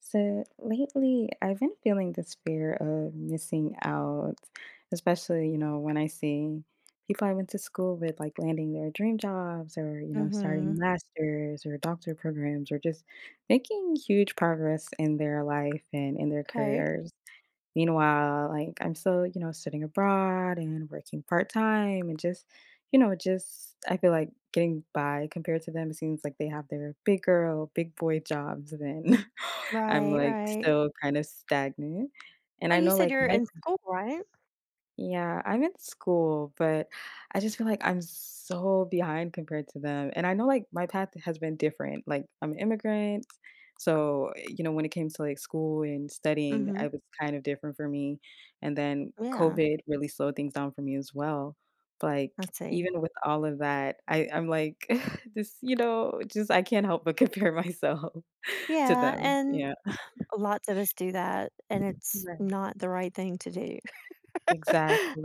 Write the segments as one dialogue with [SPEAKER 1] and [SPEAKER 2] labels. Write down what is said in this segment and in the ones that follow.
[SPEAKER 1] So lately, I've been feeling this fear of missing out, especially, when I see people I went to school with like landing their dream jobs or starting
[SPEAKER 2] Mhm.
[SPEAKER 1] masters or doctor programs or just making huge progress in their life and in their
[SPEAKER 2] Okay.
[SPEAKER 1] careers. Meanwhile, like I'm still, studying abroad and working part-time and just I feel like getting by compared to them. It seems like they have their big girl, big boy jobs then. I'm,
[SPEAKER 2] Right,
[SPEAKER 1] like,
[SPEAKER 2] right.
[SPEAKER 1] still kind of stagnant, and I
[SPEAKER 2] Well, you
[SPEAKER 1] know,
[SPEAKER 2] said
[SPEAKER 1] like,
[SPEAKER 2] you're
[SPEAKER 1] my
[SPEAKER 2] in school, right?
[SPEAKER 1] Yeah, I'm in school, but I just feel like I'm so behind compared to them, and I know, like, my path has been different, like, I'm an immigrant, so, when it came to, like, school and studying,
[SPEAKER 2] Mhm.
[SPEAKER 1] it was kind of different for me, and then
[SPEAKER 2] Yeah,
[SPEAKER 1] COVID really slowed things down for me as well, but,
[SPEAKER 2] I
[SPEAKER 1] like,
[SPEAKER 2] see.
[SPEAKER 1] even with all of that, I'm, like, just I can't help but compare myself to
[SPEAKER 2] Yeah,
[SPEAKER 1] them.
[SPEAKER 2] and
[SPEAKER 1] Yeah.
[SPEAKER 2] lots of us do that, and it's
[SPEAKER 1] Right.
[SPEAKER 2] not the right thing to do.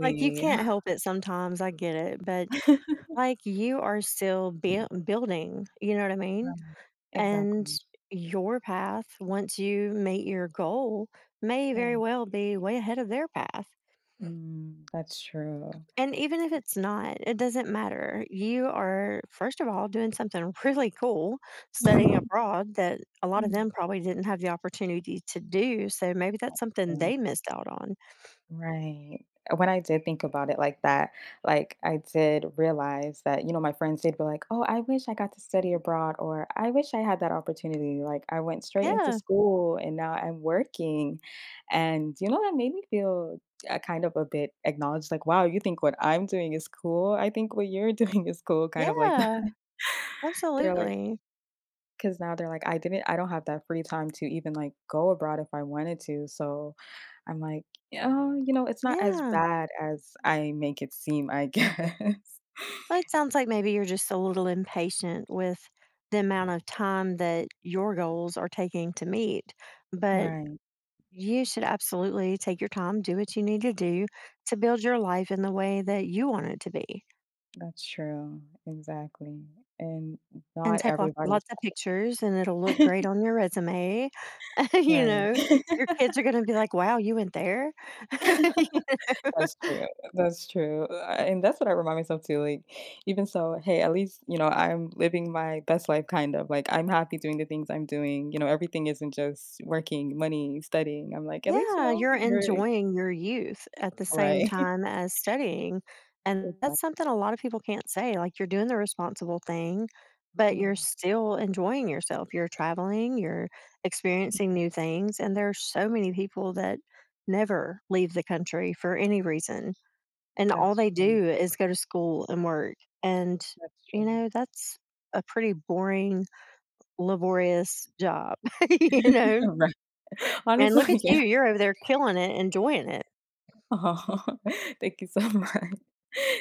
[SPEAKER 2] Like, you can't help it sometimes, I get it, but, like, you are still building, you know what I mean?
[SPEAKER 1] Right.
[SPEAKER 2] And
[SPEAKER 1] Exactly.
[SPEAKER 2] your path, once you meet your goal, may very
[SPEAKER 1] Right.
[SPEAKER 2] well be way ahead of their path.
[SPEAKER 1] Mm, that's true.
[SPEAKER 2] And even if it's not, it doesn't matter. You are, first of all, doing something really cool, studying abroad that a lot
[SPEAKER 1] Mm,
[SPEAKER 2] of them probably didn't have the opportunity to do. So maybe that's
[SPEAKER 1] that's
[SPEAKER 2] something
[SPEAKER 1] true.
[SPEAKER 2] they missed out on.
[SPEAKER 1] Right. When I did think about it like that, like I did realize that, my friends did be like, oh, I wish I got to study abroad, or I wish I had that opportunity. Like I went straight into
[SPEAKER 2] Yeah.
[SPEAKER 1] school and now I'm working. And that made me feel kind of a bit acknowledged, like, wow, you think what I'm doing is cool? I think what you're doing is cool, kind of like that.
[SPEAKER 2] Yeah.
[SPEAKER 1] They're like,
[SPEAKER 2] Absolutely.
[SPEAKER 1] 'Cause now they're like, I don't have that free time to even, like, go abroad if I wanted to, so I'm like, "Oh, it's not as
[SPEAKER 2] Yeah.
[SPEAKER 1] bad as I make it seem, I guess."
[SPEAKER 2] Well, it sounds like maybe you're just a little impatient with the amount of time that your goals are taking to meet, but
[SPEAKER 1] Right,
[SPEAKER 2] you should absolutely take your time, do what you need to do to build your life in the way that you want it to be.
[SPEAKER 1] that's true, exactly, and
[SPEAKER 2] And
[SPEAKER 1] not
[SPEAKER 2] take lot
[SPEAKER 1] everybody's.
[SPEAKER 2] lots of pictures, and it'll look great on your resume, you
[SPEAKER 1] Right.
[SPEAKER 2] know? Your kids are gonna be like, "Wow, you went there?"
[SPEAKER 1] That's true, that's true, and that's what I remind myself too, like, even so, hey, at least, I'm living my best life kind of, like, I'm happy doing the things I'm doing, everything isn't just working, money, studying, I'm like, at least,
[SPEAKER 2] Yeah, you're
[SPEAKER 1] you're
[SPEAKER 2] enjoying your youth at the same
[SPEAKER 1] right.
[SPEAKER 2] time as studying, and that's
[SPEAKER 1] Exactly,
[SPEAKER 2] something a lot of people can't say, like, you're doing the responsible thing, but
[SPEAKER 1] yeah,
[SPEAKER 2] you're still enjoying yourself. You're traveling, you're experiencing new things, and there are so many people that never leave the country for any reason, and all
[SPEAKER 1] that's
[SPEAKER 2] they
[SPEAKER 1] true,
[SPEAKER 2] do is go to school and work. And,
[SPEAKER 1] that's
[SPEAKER 2] you
[SPEAKER 1] true.
[SPEAKER 2] know, that's a pretty boring, laborious job, you know?
[SPEAKER 1] Right,
[SPEAKER 2] And look
[SPEAKER 1] honestly,
[SPEAKER 2] at
[SPEAKER 1] yeah.
[SPEAKER 2] you, you're over there killing it, enjoying it.
[SPEAKER 1] Oh, thank you so much.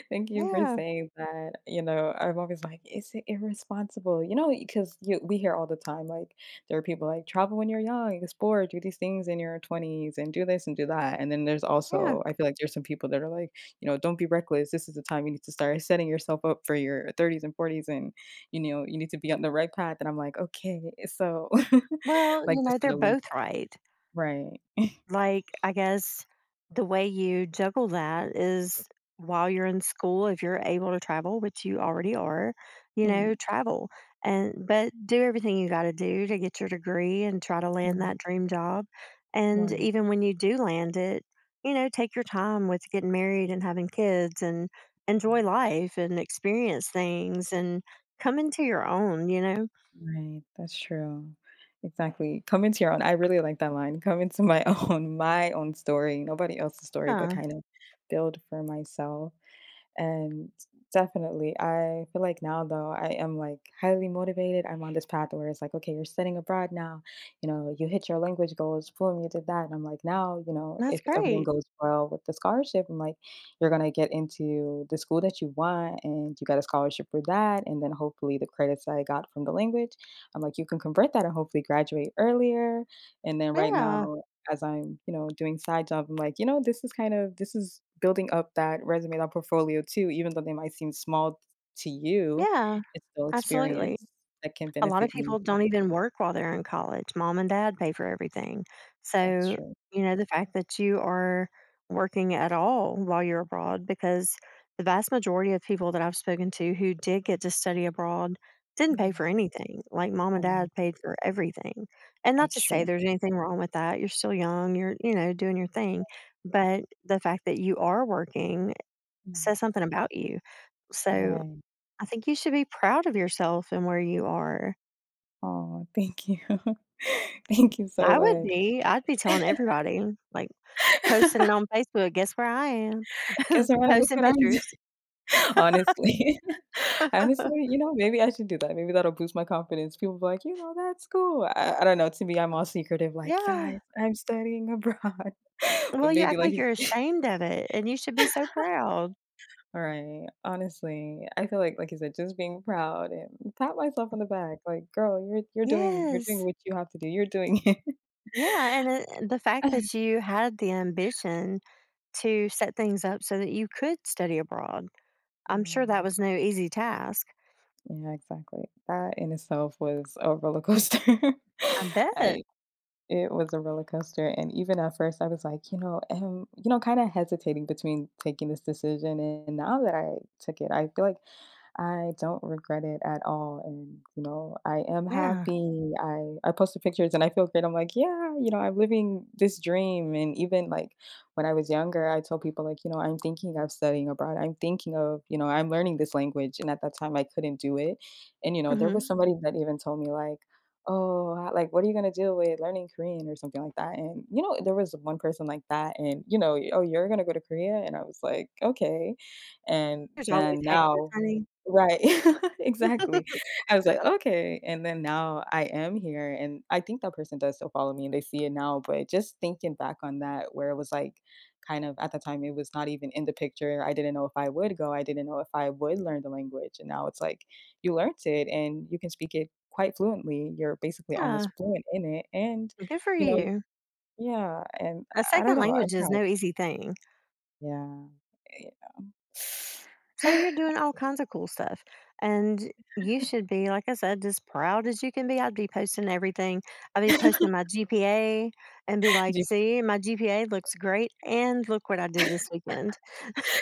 [SPEAKER 1] Thank you for
[SPEAKER 2] Yeah,
[SPEAKER 1] saying that. You know, I'm always like, is it irresponsible? You know, because we hear all the time, like, there are people like, travel when you're young, explore, do these things in your 20s, and do this and do that. And then there's
[SPEAKER 2] yeah.
[SPEAKER 1] also, I feel like there's some people that are like, don't be reckless. This is the time you need to start setting yourself up for your 30s and 40s. And you need to be on the right path. And I'm like, okay. So,
[SPEAKER 2] Well,
[SPEAKER 1] like,
[SPEAKER 2] you know,
[SPEAKER 1] just in
[SPEAKER 2] they're
[SPEAKER 1] a limbo.
[SPEAKER 2] both right.
[SPEAKER 1] Right.
[SPEAKER 2] Like, I guess the way you juggle that is while you're in school, if you're able to travel, which you already are, you
[SPEAKER 1] Mm,
[SPEAKER 2] know, travel and but do everything you got to do to get your degree and try to land that
[SPEAKER 1] mm.
[SPEAKER 2] dream job. And
[SPEAKER 1] Right.
[SPEAKER 2] even when you do land it, you know, take your time with getting married and having kids and enjoy life and experience things and come into your own, you know?
[SPEAKER 1] Right, that's true. Exactly. Come into your own. I really like that line. Come into my own, my own story, nobody else's story, but
[SPEAKER 2] Yeah,
[SPEAKER 1] kind of build for myself. And definitely, I feel like now though, I am like highly motivated. I'm on this path where it's like, okay, you're studying abroad now. You know, you hit your language goals, boom, you did that. And I'm like, now,
[SPEAKER 2] that's
[SPEAKER 1] if everything
[SPEAKER 2] great.
[SPEAKER 1] goes well with the scholarship, I'm like, you're gonna get into the school that you want and you got a scholarship for that. And then hopefully the credits I got from the language, I'm like, you can convert that and hopefully graduate earlier. And then right
[SPEAKER 2] Yeah,
[SPEAKER 1] now as I'm, doing side job, I'm like, this is building up that resume, that portfolio too, even though they might seem small to you,
[SPEAKER 2] yeah,
[SPEAKER 1] it's still
[SPEAKER 2] absolutely.
[SPEAKER 1] experience that can
[SPEAKER 2] A lot of
[SPEAKER 1] benefit me.
[SPEAKER 2] people don't even work while they're in college. Mom and dad pay for everything.
[SPEAKER 1] That's
[SPEAKER 2] So,
[SPEAKER 1] true.
[SPEAKER 2] you know, the fact that you are working at all while you're abroad, because the vast majority of people that I've spoken to who did get to study abroad didn't pay for
[SPEAKER 1] Yeah.
[SPEAKER 2] anything. Like mom and dad
[SPEAKER 1] Um,
[SPEAKER 2] paid for everything. And not to
[SPEAKER 1] that's
[SPEAKER 2] say
[SPEAKER 1] true.
[SPEAKER 2] there's anything wrong with that. You're still young, you're, you know, doing your thing. But the fact that you are working
[SPEAKER 1] Mm,
[SPEAKER 2] says something about you. So
[SPEAKER 1] right.
[SPEAKER 2] I think you should be proud of yourself and where you are.
[SPEAKER 1] Oh, thank you. Thank you so
[SPEAKER 2] I would
[SPEAKER 1] much.
[SPEAKER 2] be. I'd be telling everybody, like, posting it on Facebook, "Guess where I am?"
[SPEAKER 1] Guess what? Look
[SPEAKER 2] Posting
[SPEAKER 1] what I'm
[SPEAKER 2] pictures.
[SPEAKER 1] honestly. Honestly, maybe I should do that. Maybe that'll boost my confidence. People be like, "You know, that's cool." I don't know, to me, I'm all secretive, like,
[SPEAKER 2] Yeah.
[SPEAKER 1] "Guys, I'm studying abroad." But
[SPEAKER 2] Well, you
[SPEAKER 1] maybe
[SPEAKER 2] act
[SPEAKER 1] like
[SPEAKER 2] like you're
[SPEAKER 1] you
[SPEAKER 2] ashamed of it, and you should be so proud.
[SPEAKER 1] all right, honestly, I feel like you said, just being proud and pat myself on the back, like, "Girl, you're doing
[SPEAKER 2] Yes.
[SPEAKER 1] what you have to do. You're doing it."
[SPEAKER 2] Yeah, and it the fact that you had the ambition to set things up so that you could study abroad. I'm sure
[SPEAKER 1] Yeah.
[SPEAKER 2] that was no easy task.
[SPEAKER 1] Yeah, exactly. That in itself was a roller coaster.
[SPEAKER 2] I
[SPEAKER 1] I
[SPEAKER 2] bet.
[SPEAKER 1] It was a roller coaster, and even at first, I was like, kind of hesitating between taking this decision, and now that I took it, I feel like I don't regret it at all, and, I am
[SPEAKER 2] Yeah.
[SPEAKER 1] happy. I post the pictures and I feel great. I'm like, "Yeah, you know, I'm living this dream," and even, like, when I was younger, I told people, like, "I'm thinking of studying abroad. I'm thinking of" "I'm learning this language," and at that time, I couldn't do it, and, there was
[SPEAKER 2] Mhm.
[SPEAKER 1] somebody that even told me, like, "Oh, ho like, what are you gonna do with learning Korean?" or something like that, and, there was one person like that and, "Oh, you're gonna go to Korea?" and I was like, "Okay," and
[SPEAKER 2] There's always
[SPEAKER 1] then
[SPEAKER 2] haters,
[SPEAKER 1] now.
[SPEAKER 2] honey.
[SPEAKER 1] Right. Exactly. I was like, "Okay," and then now I am here, and I think that person does still follow me and they see it now, but just thinking back on that where it was, like, kind of at the time, it was not even in the picture, I didn't know if I would go, I didn't know if I would learn the language, and now it's like, you learned it and you can speak it quite fluently, you're basically
[SPEAKER 2] Yeah.
[SPEAKER 1] almost fluent in it, and,
[SPEAKER 2] Good for
[SPEAKER 1] you know
[SPEAKER 2] you.
[SPEAKER 1] yeah, and
[SPEAKER 2] A
[SPEAKER 1] I don't
[SPEAKER 2] second
[SPEAKER 1] know, I'm
[SPEAKER 2] language is
[SPEAKER 1] proud.
[SPEAKER 2] no easy thing.
[SPEAKER 1] Yeah. Yeah.
[SPEAKER 2] So you're doing all kinds of cool stuff. And you should be, like I said, as proud as you can be. I'd be posting everything. I'd be posting my GPA and be like,
[SPEAKER 1] Do
[SPEAKER 2] see, my GPA looks great. And look what I did this weekend.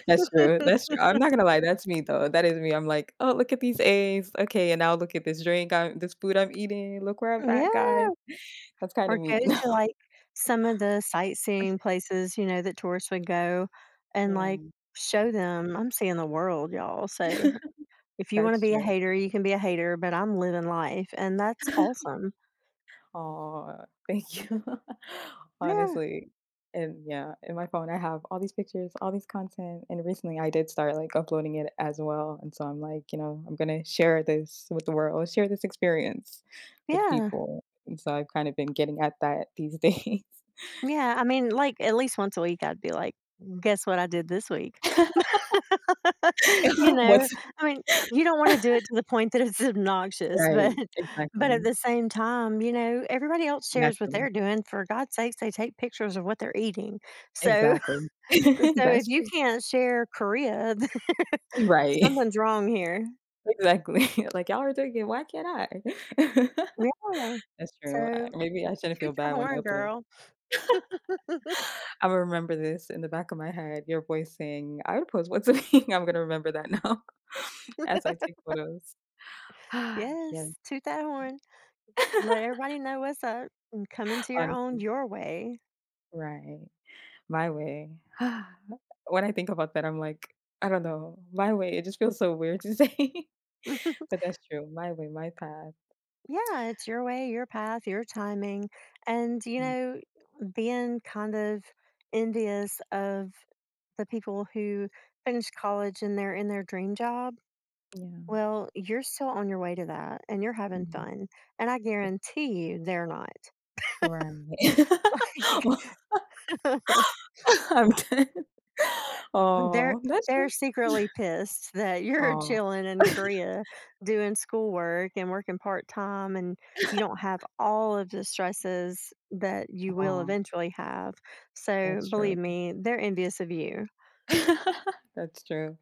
[SPEAKER 1] That's true, that's true. I'm not gonna lie, that's me though, that is me. I'm like, "Oh, look at these A's. Okay, and now look at this food I'm eating. Look where I'm at, guys."
[SPEAKER 2] Yeah.
[SPEAKER 1] That's kinda
[SPEAKER 2] Or go
[SPEAKER 1] me.
[SPEAKER 2] to like some of the sightseeing places, you know, that tourists would go and like
[SPEAKER 1] Yeah.
[SPEAKER 2] show them I'm seeing the world, y'all. So if you want to
[SPEAKER 1] That's
[SPEAKER 2] be a
[SPEAKER 1] true.
[SPEAKER 2] hater, you can be a hater, but I'm living life. And that's awesome.
[SPEAKER 1] Oh, thank you.
[SPEAKER 2] Yeah.
[SPEAKER 1] Honestly. And yeah, in my phone, I have all these pictures, all these content, and recently I did start, like, uploading it as well, and so I'm like, I'm gonna share this with the world, share this experience with
[SPEAKER 2] Yeah.
[SPEAKER 1] people, and so I've kind of been getting at that these days.
[SPEAKER 2] Yeah, I mean, like, at least once a week, I'd be like, "Guess what I did this week?" You know?
[SPEAKER 1] What's
[SPEAKER 2] I mean, you don't wanna do it to the point that it's obnoxious, but
[SPEAKER 1] Right,
[SPEAKER 2] but at
[SPEAKER 1] exactly,
[SPEAKER 2] the same time, you know, everybody else shares what
[SPEAKER 1] naturally,
[SPEAKER 2] they're doing. For God's sakes, they take pictures of what they're eating. So
[SPEAKER 1] exactly.
[SPEAKER 2] so if
[SPEAKER 1] That's
[SPEAKER 2] you
[SPEAKER 1] true.
[SPEAKER 2] can't share Korea, then
[SPEAKER 1] Right,
[SPEAKER 2] something's wrong here.
[SPEAKER 1] exactly. Like, "Y'all are doing it, why can't I?"
[SPEAKER 2] Yeah.
[SPEAKER 1] That's true, I
[SPEAKER 2] So
[SPEAKER 1] maybe I shouldn't feel
[SPEAKER 2] toot
[SPEAKER 1] bad
[SPEAKER 2] your
[SPEAKER 1] when I
[SPEAKER 2] horn,
[SPEAKER 1] upload.
[SPEAKER 2] girl.
[SPEAKER 1] I am remember this in the back of my head, your voice saying, "I would post what's something" I'm gonna remember that now as I take photos. Yes.
[SPEAKER 2] Yes, toot that horn. Let everybody know what's up and come into your own
[SPEAKER 1] Honestly,
[SPEAKER 2] your way.
[SPEAKER 1] right, my way. When I think about that, I'm like, I don't know, my way, it just feels so weird to say. But that's true. My way, my path.
[SPEAKER 2] Yeah, it's your way, your path, your timing. And, you
[SPEAKER 1] Mm.
[SPEAKER 2] know, being kind of envious of the people who finish college and they're in their dream job,
[SPEAKER 1] Yeah.
[SPEAKER 2] well, you're still on your way to that and you're having
[SPEAKER 1] Mm.
[SPEAKER 2] fun. And I guarantee you they're not.
[SPEAKER 1] Right. I'm done.
[SPEAKER 2] They're
[SPEAKER 1] Oh, that's true.
[SPEAKER 2] they're secretly pissed that you're
[SPEAKER 1] Oh,
[SPEAKER 2] chilling in Korea doing schoolwork and working part time, and you don't have all of the stresses that you will
[SPEAKER 1] oh,
[SPEAKER 2] eventually have. So
[SPEAKER 1] that's true.
[SPEAKER 2] believe me, they're envious of you.
[SPEAKER 1] That's true.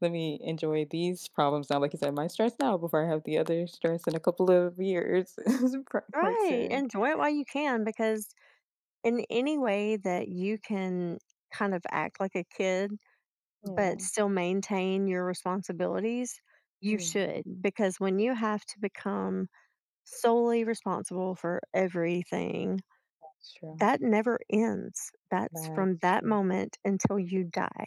[SPEAKER 1] Let me enjoy these problems now. Like you said, my stress now before I have the other stress in a couple of years, quite
[SPEAKER 2] Right.
[SPEAKER 1] soon.
[SPEAKER 2] Enjoy it while you can because in any way that you can kind of act like a kid
[SPEAKER 1] Yeah.
[SPEAKER 2] but still maintain your responsibilities, you
[SPEAKER 1] Mm.
[SPEAKER 2] should. Because when you have to become solely responsible for everything.
[SPEAKER 1] That's true.
[SPEAKER 2] That never ends. That's from
[SPEAKER 1] That's
[SPEAKER 2] that
[SPEAKER 1] true.
[SPEAKER 2] moment until you die.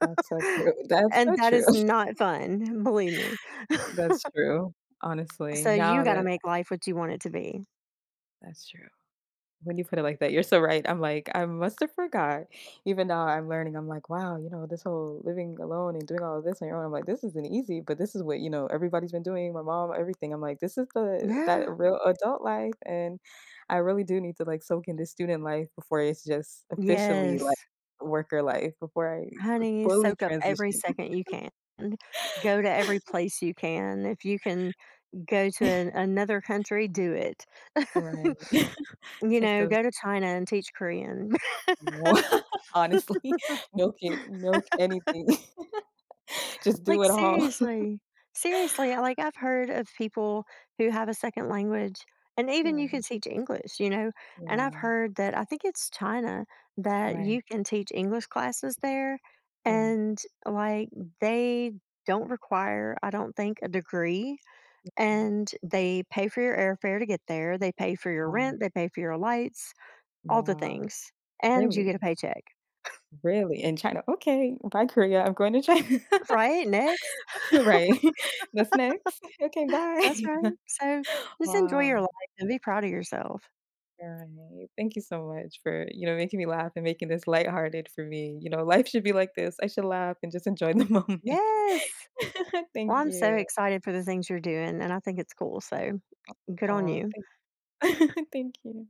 [SPEAKER 1] That's so true. That's
[SPEAKER 2] And
[SPEAKER 1] so
[SPEAKER 2] that
[SPEAKER 1] true.
[SPEAKER 2] is not fun, believe me.
[SPEAKER 1] That's true. Honestly,
[SPEAKER 2] So you
[SPEAKER 1] now
[SPEAKER 2] gotta
[SPEAKER 1] that
[SPEAKER 2] make life what you want it to be.
[SPEAKER 1] that's true. When you put it like that, you're so right. I'm like, I must have forgot. Even now I'm learning, I'm like, wow, this whole living alone and doing all of this on your own. I'm like, this isn't easy, but this is what, everybody's been doing, my mom, everything. I'm like, this is the that
[SPEAKER 2] Yeah.
[SPEAKER 1] real adult life. And I really do need to like soak in this student life before it's just officially like
[SPEAKER 2] Yes.
[SPEAKER 1] worker life, before I
[SPEAKER 2] Honey,
[SPEAKER 1] fully
[SPEAKER 2] soak up every
[SPEAKER 1] transition.
[SPEAKER 2] second you can. Go to every place you can. If you can go to an another country, do it.
[SPEAKER 1] Right.
[SPEAKER 2] You
[SPEAKER 1] Take
[SPEAKER 2] know,
[SPEAKER 1] those
[SPEAKER 2] go to China and teach Korean.
[SPEAKER 1] wa- honestly. Milk it, milk anything. Just do
[SPEAKER 2] Like,
[SPEAKER 1] it all.
[SPEAKER 2] seriously. Seriously, like, I've heard of people who have a second language, and even you
[SPEAKER 1] Yeah.
[SPEAKER 2] can teach English, you know, and I've
[SPEAKER 1] Yeah.
[SPEAKER 2] heard that I think it's China that
[SPEAKER 1] Right,
[SPEAKER 2] you can teach English classes there,
[SPEAKER 1] yeah.
[SPEAKER 2] and, like, they don't require, I don't think, a degree, and they pay for your airfare to get there, they pay for your
[SPEAKER 1] Wow,
[SPEAKER 2] rent, they pay for your lights, all the
[SPEAKER 1] wow,
[SPEAKER 2] things, and you get a
[SPEAKER 1] really?
[SPEAKER 2] paycheck.
[SPEAKER 1] Really? In China, "Okay, bye, Korea, I'm going to China."
[SPEAKER 2] Right? Next.
[SPEAKER 1] Right. That's next. "Okay,
[SPEAKER 2] That's
[SPEAKER 1] bye."
[SPEAKER 2] right. So just enjoy your
[SPEAKER 1] Wow,
[SPEAKER 2] life and be proud of yourself.
[SPEAKER 1] alright. Thank you so much for, making me laugh and making this lighthearted for me, life should be like this, I should laugh and just enjoy the moment.
[SPEAKER 2] Yes. Well,
[SPEAKER 1] Thank
[SPEAKER 2] I'm so
[SPEAKER 1] you.
[SPEAKER 2] excited for the things you're doing, and I think it's cool. So good on
[SPEAKER 1] Oh.
[SPEAKER 2] you.
[SPEAKER 1] thank thank you.